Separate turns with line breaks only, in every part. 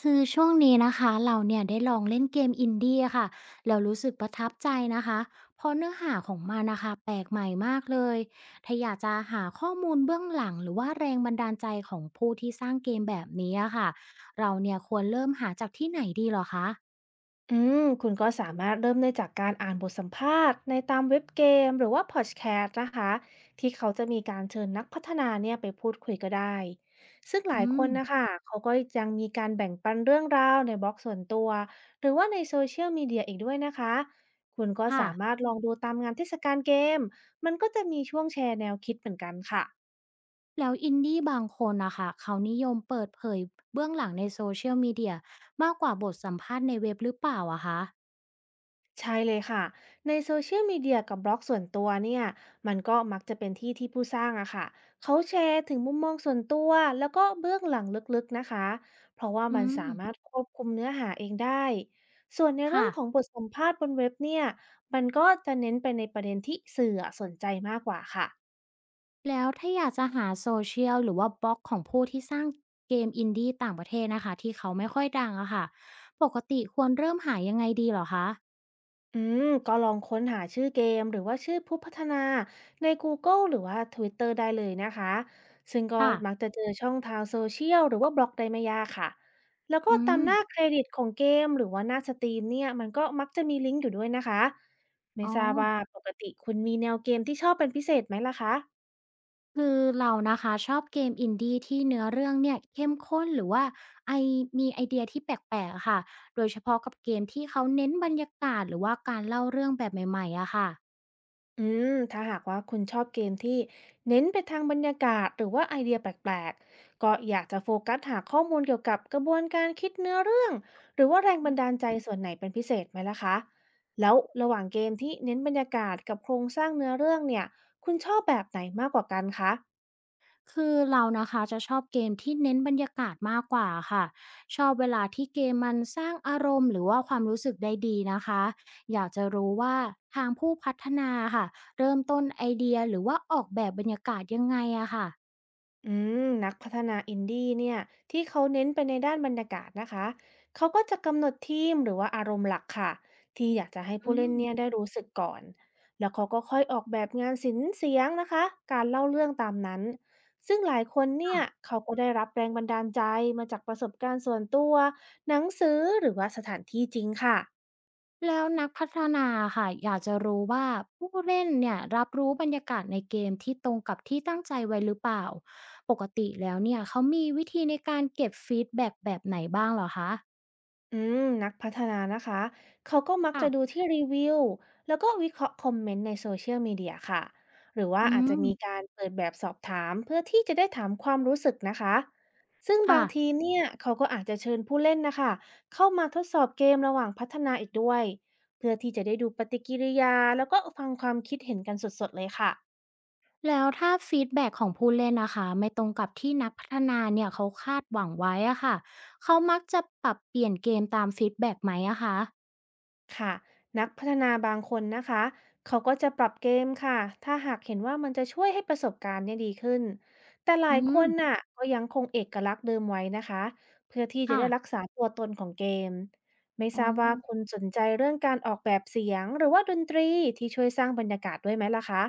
คือช่วงนี้นะคะเราเนี่ยได้ลองเล่นเกมอินดี้ค่ะแล้วรู้สึกประทับใจนะคะเพราะเนื้อหาของมันนะคะแปลกใหม่มากเลยถ้าอยากจะหาข้อมูลเบื้องหลังหรือว่าแรงบันดาลใจของผู้ที่สร้างเกมแบบนี้อะค่ะเราเนี่ยควรเริ่มหาจากที่ไหนดีเหรอคะ
คุณก็สามารถเริ่มได้จากการอ่านบทสัมภาษณ์ในตามเว็บเกมหรือว่าพอดแคสต์นะคะที่เขาจะมีการเชิญนักพัฒนาเนี่ยไปพูดคุยก็ได้ซึ่งหลา
อื
ยค
ม
นนะคะเขาก็ยังมีการแบ่งปันเรื่องราวในบล็อกส่วนตัวหรือว่าในโซเชียลมีเดียอีกด้วยนะคะคุณก็
ค่ะ
สามารถลองดูตามงานเทศกาลเกมมันก็จะมีช่วงแชร์แนวคิดเหมือนกันค่ะ
แล้วอินดี้บางคนนะคะเขานิยมเปิดเผยเบื้องหลังในโซเชียลมีเดียมากกว่าบทสัมภาษณ์ในเว็บหรือเปล่าอะคะ
ใช่เลยค่ะในโซเชียลมีเดียกับบล็อกส่วนตัวเนี่ยมันก็มักจะเป็นที่ที่ผู้สร้างอะค่ะเขาแชร์ถึงมุมมองส่วนตัวแล้วก็เบื้องหลังลึกๆนะคะเพราะว่า
อื
มันสามารถ
ม
ควบคุมเนื้อหาเองได้ส่วนในเรื่อ
ค่ะ
งของบทสัมภาษณ์บนเว็บเนี่ยมันก็จะเน้นไปในประเด็นที่สื่ออะสนใจมากกว่าค่ะ
แล้วถ้าอยากจะหาโซเชียลหรือว่าบล็อกของผู้ที่สร้างเกมอินดี้ต่างประเทศนะคะที่เขาไม่ค่อยดังอะค่ะปกติควรเริ่มหายังไงดีเหรอคะ
ก็ลองค้นหาชื่อเกมหรือว่าชื่อผู้พัฒนาใน Google หรือว่า Twitter ได้เลยนะคะซึ่งก็
ค่ะ
มักจะเจอช่องทางโซเชียลหรือว่าบล็อกได้ไม่ยากค่ะแล้วก็
อื
ตาม
ม
หน้าเครดิตของเกมหรือว่าหน้าสตรีมเนี่ยมันก็มักจะมีลิงก์อยู่ด้วยนะคะไม่
อ๋อ
ทราบว่าปกติคุณมีแนวเกมที่ชอบเป็นพิเศษไหมล่ะคะ
คือเรานะคะชอบเกมอินดี้ที่เนื้อเรื่องเนี่ยเข้มข้นหรือว่าไอมีไอเดียที่แปลกๆอะค่ะโดยเฉพาะกับเกมที่เขาเน้นบรรยากาศหรือว่าการเล่าเรื่องแบบใหม่ๆอะค่ะ
อืถ้าหากว่าคุณชอบเกมที่เน้นไปทางบรรยากาศหรือว่าไอเดียแปลกๆก็อยากจะโฟกัสหาข้อมูลเกี่ยวกับกระบวนการคิดเนื้อเรื่องหรือว่าแรงบันดาลใจส่วนไหนเป็นพิเศษไหมล่ะคะแล้วระหว่างเกมที่เน้นบรรยากาศกับโครงสร้างเนื้อเรื่องเนี่ยคุณชอบแบบไหนมากกว่ากันคะ
คือเรานะคะจะชอบเกมที่เน้นบรรยากาศมากกว่าค่ะชอบเวลาที่เกมมันสร้างอารมณ์หรือว่าความรู้สึกได้ดีนะคะอยากจะรู้ว่าทางผู้พัฒนาค่ะเริ่มต้นไอเดียหรือว่าออกแบบบรรยากาศยังไงอะค่ะ
อืนักพัฒนาอินดี้เนี่ยที่เขาเน้นไปในด้านบรรยากาศนะคะเขาก็จะกำหนดทีมหรือว่าอารมณ์หลักค่ะที่อยากจะให้
อื
ผู้เล่นเนี่ย
ม
ได้รู้สึกก่อนแล้วเขาก็ค่อยออกแบบงานศิลป์เสียงนะคะการเล่าเรื่องตามนั้นซึ่งหลายคนเนี่
ค่ะ
ยเขาก็ได้รับแรงบันดาลใจมาจากประสบการณ์ส่วนตัวหนังสือหรือว่าสถานที่จริงค่ะ
แล้วนักพัฒนาค่ะอยากจะรู้ว่าผู้เล่นเนี่ยรับรู้บรรยากาศในเกมที่ตรงกับที่ตั้งใจไว้หรือเปล่าปกติแล้วเนี่ยเขามีวิธีในการเก็บฟีดแบ็กแบบไหนบ้างเหรอคะ
นักพัฒนานะคะเขาก็มักจะดู
ค่ะ
ที่รีวิวแล้วก็วิเคราะห์คอมเมนต์ในโซเชียลมีเดียค่ะหรือว่า
อื
อาจจะ
ม
มีการเปิดแบบสอบถามเพื่อที่จะได้ถามความรู้สึกนะคะซึ่งบา
ค่ะ
งทีเนี่ยเขาก็อาจจะเชิญผู้เล่นนะคะเข้ามาทดสอบเกมระหว่างพัฒนาอีกด้วย เพื่อที่จะได้ดูปฏิกิริยาแล้วก็ฟังความคิดเห็นกันสดๆเลยค่ะ
แล้วถ้าฟีดแบ็กของผู้เล่นนะคะไม่ตรงกับที่นักพัฒนาเนี่ยเขาคาดหวังไว้อะค่ะเขามักจะปรับเปลี่ยนเกมตามฟีดแบ็กไหมอะคะ
ค่ะนักพัฒนาบางคนนะคะเขาก็จะปรับเกมค่ะถ้าหากเห็นว่ามันจะช่วยให้ประสบการณ์เนี่ยดีขึ้นแต่หลา
อื
ยค
ม
นน่ะก็ยังคงเอกลักษณ์เดิมไว้นะคะเพื่อที่จะ
ค่ะ
ได้รักษาตัวตนของเกมไม่
อ๋
ท
อ
ราบว่าคุณสนใจเรื่องการออกแบบเสียงหรือว่าดนตรีที่ช่วยสร้างบรรยากาศด้วยไหมล่ะคะ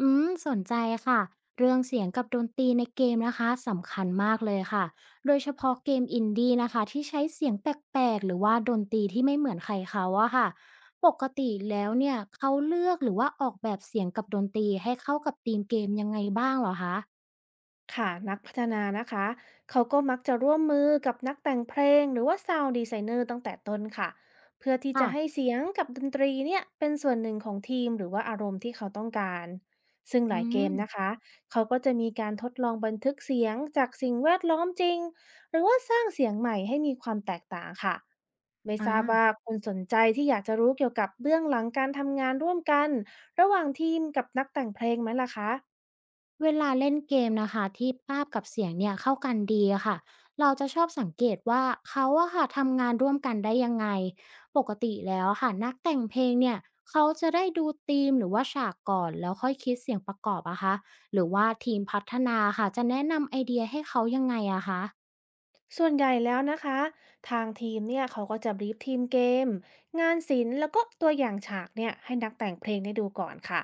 อืมสนใจค่ะเรื่องเสียงกับดนตรีในเกมนะคะสำคัญมากเลยค่ะโดยเฉพาะเกมอินดี้นะคะที่ใช้เสียงแปลกๆหรือว่าดนตรีที่ไม่เหมือนใครเขาอะค่ะปกติแล้วเนี่ยเขาเลือกหรือว่าออกแบบเสียงกับดนตรีให้เข้ากับธีมเกมยังไงบ้างเหรอคะ
ค่ะนักพัฒนานะคะเขาก็มักจะร่วมมือกับนักแต่งเพลงหรือว่าซาวด์ดีไซเนอร์ตั้งแต่ต้นค่ะเพื่อที่จะ
ค่ะ
ให้เสียงกับดนตรีเนี่ยเป็นส่วนหนึ่งของทีมหรือว่าอารมณ์ที่เขาต้องการซึ่งห
อื
ลายเกม
ม
นะคะเขาก็จะมีการทดลองบันทึกเสียงจากสิ่งแวดล้อมจริงหรือว่าสร้างเสียงใหม่ให้มีความแตกต่างค่ะไม่ท
อา
ราบว่าคุณสนใจที่อยากจะรู้เกี่ยวกับเบื้องหลังการทำงานร่วมกันระหว่างทีมกับนักแต่งเพลงไหมล่ะคะ
เวลาเล่นเกมนะคะที่ภาพกับเสียงเนี่ยเข้ากันดีอะค่ะเราจะชอบสังเกตว่าเขาอะค่ะทำงานร่วมกันได้ยังไงปกติแล้วอะค่ะนักแต่งเพลงเนี่ยเขาจะได้ดูธีมหรือว่าฉากก่อนแล้วค่อยคิดเสียงประกอบอะคะหรือว่าทีมพัฒนาค่ะจะแนะนำไอเดียให้เขายังไงอะคะ
ส่วนใหญ่แล้วนะคะทางทีมเนี่ยเขาก็จะบรีฟทีมเกมงานศิลป์แล้วก็ตัวอย่างฉากเนี่ยให้นักแต่งเพลงได้ดูก่อนค่ะ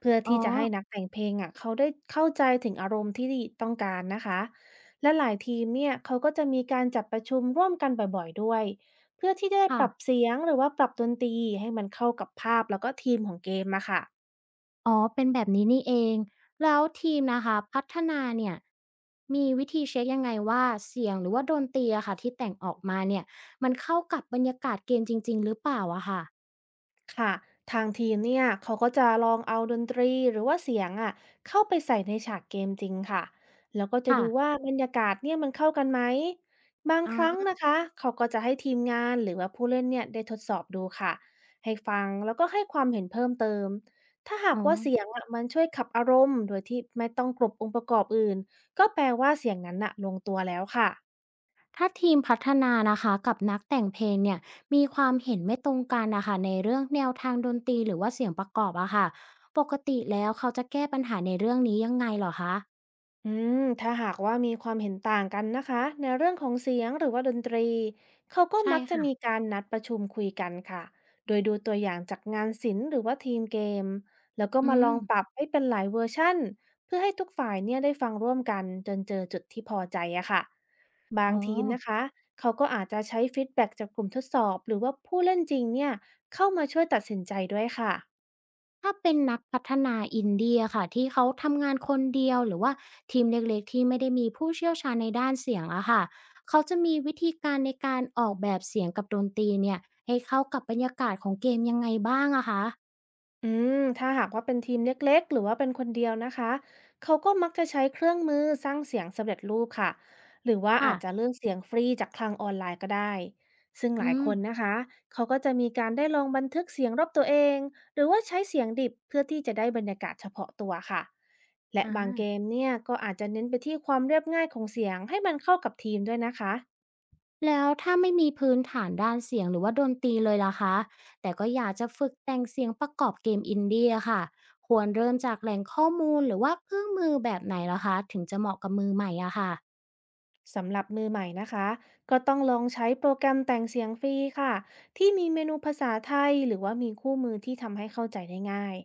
เพื่อ
อ๋อ
ที่จะให้นักแต่งเพลงอ่ะเขาได้เข้าใจถึงอารมณ์ที่ต้องการนะคะและหลายทีมเนี่ยเขาก็จะมีการจัดประชุมร่วมกันบ่อยๆด้วยเพื่อที่จะได้ป
ค่ะ
รับเสียงหรือว่าปรับดนตรีให้มันเข้ากับภาพแล้วก็ทีมของเกมมาค่ะ
อ๋อเป็นแบบนี้นี่เอง แล้วทีมนะคะพัฒนาเนี่ยมีวิธีเช็กยังไงว่าเสียงหรือว่าดนตรีอะค่ะที่แต่งออกมาเนี่ยมันเข้ากับบรรยากาศเกมจริงๆหรือเปล่าอะค่ะ
ค่ะทางทีมเนี่ยเขาก็จะลองเอาดนตรีหรือว่าเสียงอ่ะเข้าไปใส่ในฉากเกมจริงค่ะแล้วก็จะ
ค่ะ
ดูว่าบรรยากาศเนี่ยมันเข้ากันไหมบางครั้ง
อา
นะคะเขาก็จะให้ทีมงานหรือว่าผู้เล่นเนี่ยได้ทดสอบดูค่ะให้ฟังแล้วก็ให้ความเห็นเพิ่มเติมถ้าหา
อ๋
ก
อ
ว่าเสียงอ่ะมันช่วยขับอารมณ์โดยที่ไม่ต้องกลบองค์ประกอบอื่นก็แปลว่าเสียงนั้นอ่ะลงตัวแล้วค่ะ
ถ้าทีมพัฒนานะคะกับนักแต่งเพลงเนี่ยมีความเห็นไม่ตรงกันนะคะในเรื่องแนวทางดนตรีหรือว่าเสียงประกอบอะค่ะปกติแล้วเขาจะแก้ปัญหาในเรื่องนี้ยังไงเหรอคะ
อืถ้าหากว่ามีความเห็นต่างกันนะคะในเรื่องของเสียงหรือว่าดนตรีเขาก็
ใช่
มักจะ
ค่ะ
มีการนัดประชุมคุยกันค่ะโดยดูตัวอย่างจากงานศิลป์หรือว่าทีมเกมแล้วก็
อื
มาล
ม
องปรับให้เป็นหลายเวอร์ชั่นเพื่อให้ทุกฝ่ายเนี่ยได้ฟังร่วมกันจนเจอจุดที่พอใจอะค่ะบา
อ๋
ง
อ
ทีมนะคะเขาก็อาจจะใช้ฟีดแบ็กจากกลุ่มทดสอบหรือว่าผู้เล่นจริงเนี่ยเข้ามาช่วยตัดสินใจด้วยค่ะ
ถ้าเป็นนักพัฒนาอินเดียอค่ะที่เขาทำงานคนเดียวหรือว่าทีมเล็กๆที่ไม่ได้มีผู้เชี่ยวชาญในด้านเสียงอะค่ะเขาจะมีวิธีการในการออกแบบเสียงกับดนตรีเนี่ยให้เข้ากับบรรยากาศของเกมยังไงบ้างอะคะ
อืถ้าหากว่าเป็นทีมเล็กๆหรือว่าเป็นคนเดียวนะคะเขาก็มักจะใช้เครื่องมือสร้างเสียงสำเร็จรูปค่ะหรือว่า
ค่ะ
อาจจะเลือกเสียงฟรีจากคลังออนไลน์ก็ได้ซึ่งหลา
อื
ย
ม
คนนะคะเขาก็จะมีการได้ลองบันทึกเสียงรอบตัวเองหรือว่าใช้เสียงดิบเพื่อที่จะได้บรรยากาศเฉพาะตัวค่ะและ
อา
บางเกมเนี่ยก็อาจจะเน้นไปที่ความเรียบง่ายของเสียงให้มันเข้ากับทีมด้วยนะคะ
แล้วถ้าไม่มีพื้นฐานด้านเสียงหรือว่าดนตรีเลยล่ะคะแต่ก็อยากจะฝึกแต่งเสียงประกอบเกมอินเดียค่ะควรเริ่มจากแหล่งข้อมูลหรือว่าเครื่องมือแบบไหนลหคะถึงจะเหมาะกับมือใหม่อะค่ะ
สำหรับมือใหม่นะคะก็ต้องลองใช้โปรแกรมแต่งเสียงฟรีค่ะที่มีเมนูภาษาไทยหรือว่ามีคู่มือที่ทำให้เข้าใจได้ง่าย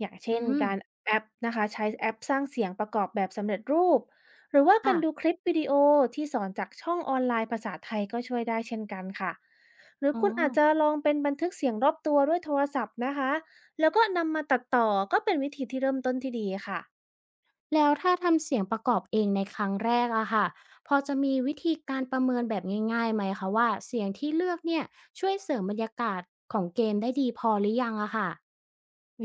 อย่างเช่
อื
น
ม
การแอปนะคะใช้แอปสร้างเสียงประกอบแบบสำเร็จรูปหรือว่าการ
ค่ะ
ดูคลิปวิดีโอที่สอนจากช่องออนไลน์ภาษาไทยก็ช่วยได้เช่นกันค่ะหรือ
อ๋อ
คุณอาจจะลองเป็นบันทึกเสียงรอบตัวด้วยโทรศัพท์นะคะแล้วก็นำมาตัดต่อก็เป็นวิธีที่เริ่มต้นที่ดีค่ะ
แล้วถ้าทำเสียงประกอบเองในครั้งแรกอะค่ะพอจะมีวิธีการประเมินแบบง่ายๆไหมคะว่าเสียงที่เลือกเนี่ยช่วยเสริมบรรยากาศของเกมได้ดีพอหรือยังอะค่ะ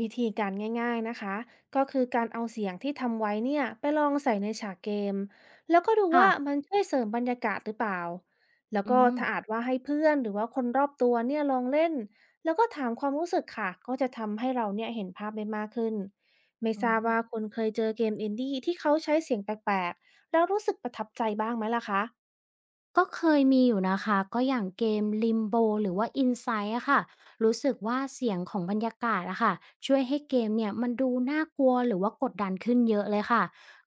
วิธีการง่ายๆนะคะก็คือการเอาเสียงที่ทำไว้เนี่ยไปลองใส่ในฉากเกมแล้วก็ดูว่ามั
ค่ะ
นช่วยเสริมบรรยากาศหรือเปล่าแล้ว
อื
ก็
ม
ถ้าอาจว่าให้เพื่อนหรือว่าคนรอบตัวเนี่ยลองเล่นแล้วก็ถามความรู้สึกค่ะก็จะทำให้เราเนี่ยเห็นภาพได้มากขึ้นไม่
อ๋
ท
อ
ราบว่าคุณเคยเจอเกมอินดี้ที่เขาใช้เสียงแปลกๆแล้วรู้สึกประทับใจบ้างไหมล่ะคะ
ก็เคยมีอยู่นะคะก็อย่างเกม Limbo หรือว่า Inside อะค่ะรู้สึกว่าเสียงของบรรยากาศอะค่ะช่วยให้เกมเนี่ยมันดูน่ากลัวหรือว่ากดดันขึ้นเยอะเลยค่ะ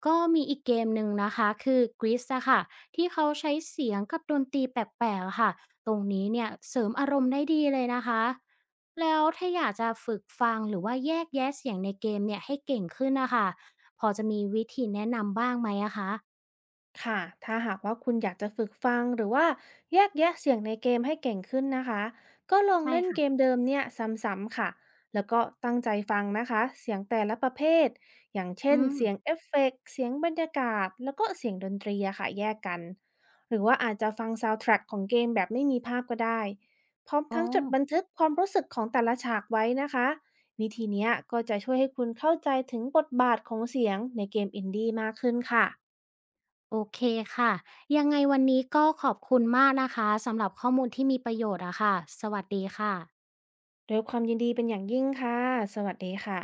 ก็มีอีกเกมหนึ่งนะคะคือ Gris อะค่ะที่เขาใช้เสียงกับดนตรีแปลกๆอะค่ะตรงนี้เนี่ยเสริมอารมณ์ได้ดีเลยนะคะแล้วถ้าอยากจะฝึกฟังหรือว่าแยกแยะเสียงในเกมเนี่ยให้เก่งขึ้นนะคะพอจะมีวิธีแนะนำบ้างไหมอะคะ
ค่ะ ถ้าหากว่าคุณอยากจะฝึกฟังหรือว่าแยกแยะเสียงในเกมให้เก่งขึ้นนะคะ ก็ลอง
ใช่
เล่น
ค่ะ
เกมเดิมเนี่ยซ้ำๆค่ะ แล้วก็ตั้งใจฟังนะคะ เสียงแต่ละประเภท อย่างเช่
อื
น
ม
เสียงเอฟเฟกต์เสียงบรรยากาศ แล้วก็เสียงดนตรีอะค่ะแยกกันหรือว่าอาจจะฟังซาวด์แทร็กของเกมแบบไม่มีภาพก็ได้พร้อม
อ๋อ
ทั้งจดบันทึกความรู้สึกของแต่ละฉากไว้นะคะวิธีเนี้ยก็จะช่วยให้คุณเข้าใจถึงบทบาทของเสียงในเกมอินดี้มากขึ้นค่ะ
โอเคค่ะยังไงวันนี้ก็ขอบคุณมากนะคะสำหรับข้อมูลที่มีประโยชน์อะค่ะสวัสดีค่ะ
ด้วยความยินดีเป็นอย่างยิ่งค่ะ สวัสดีค่ะ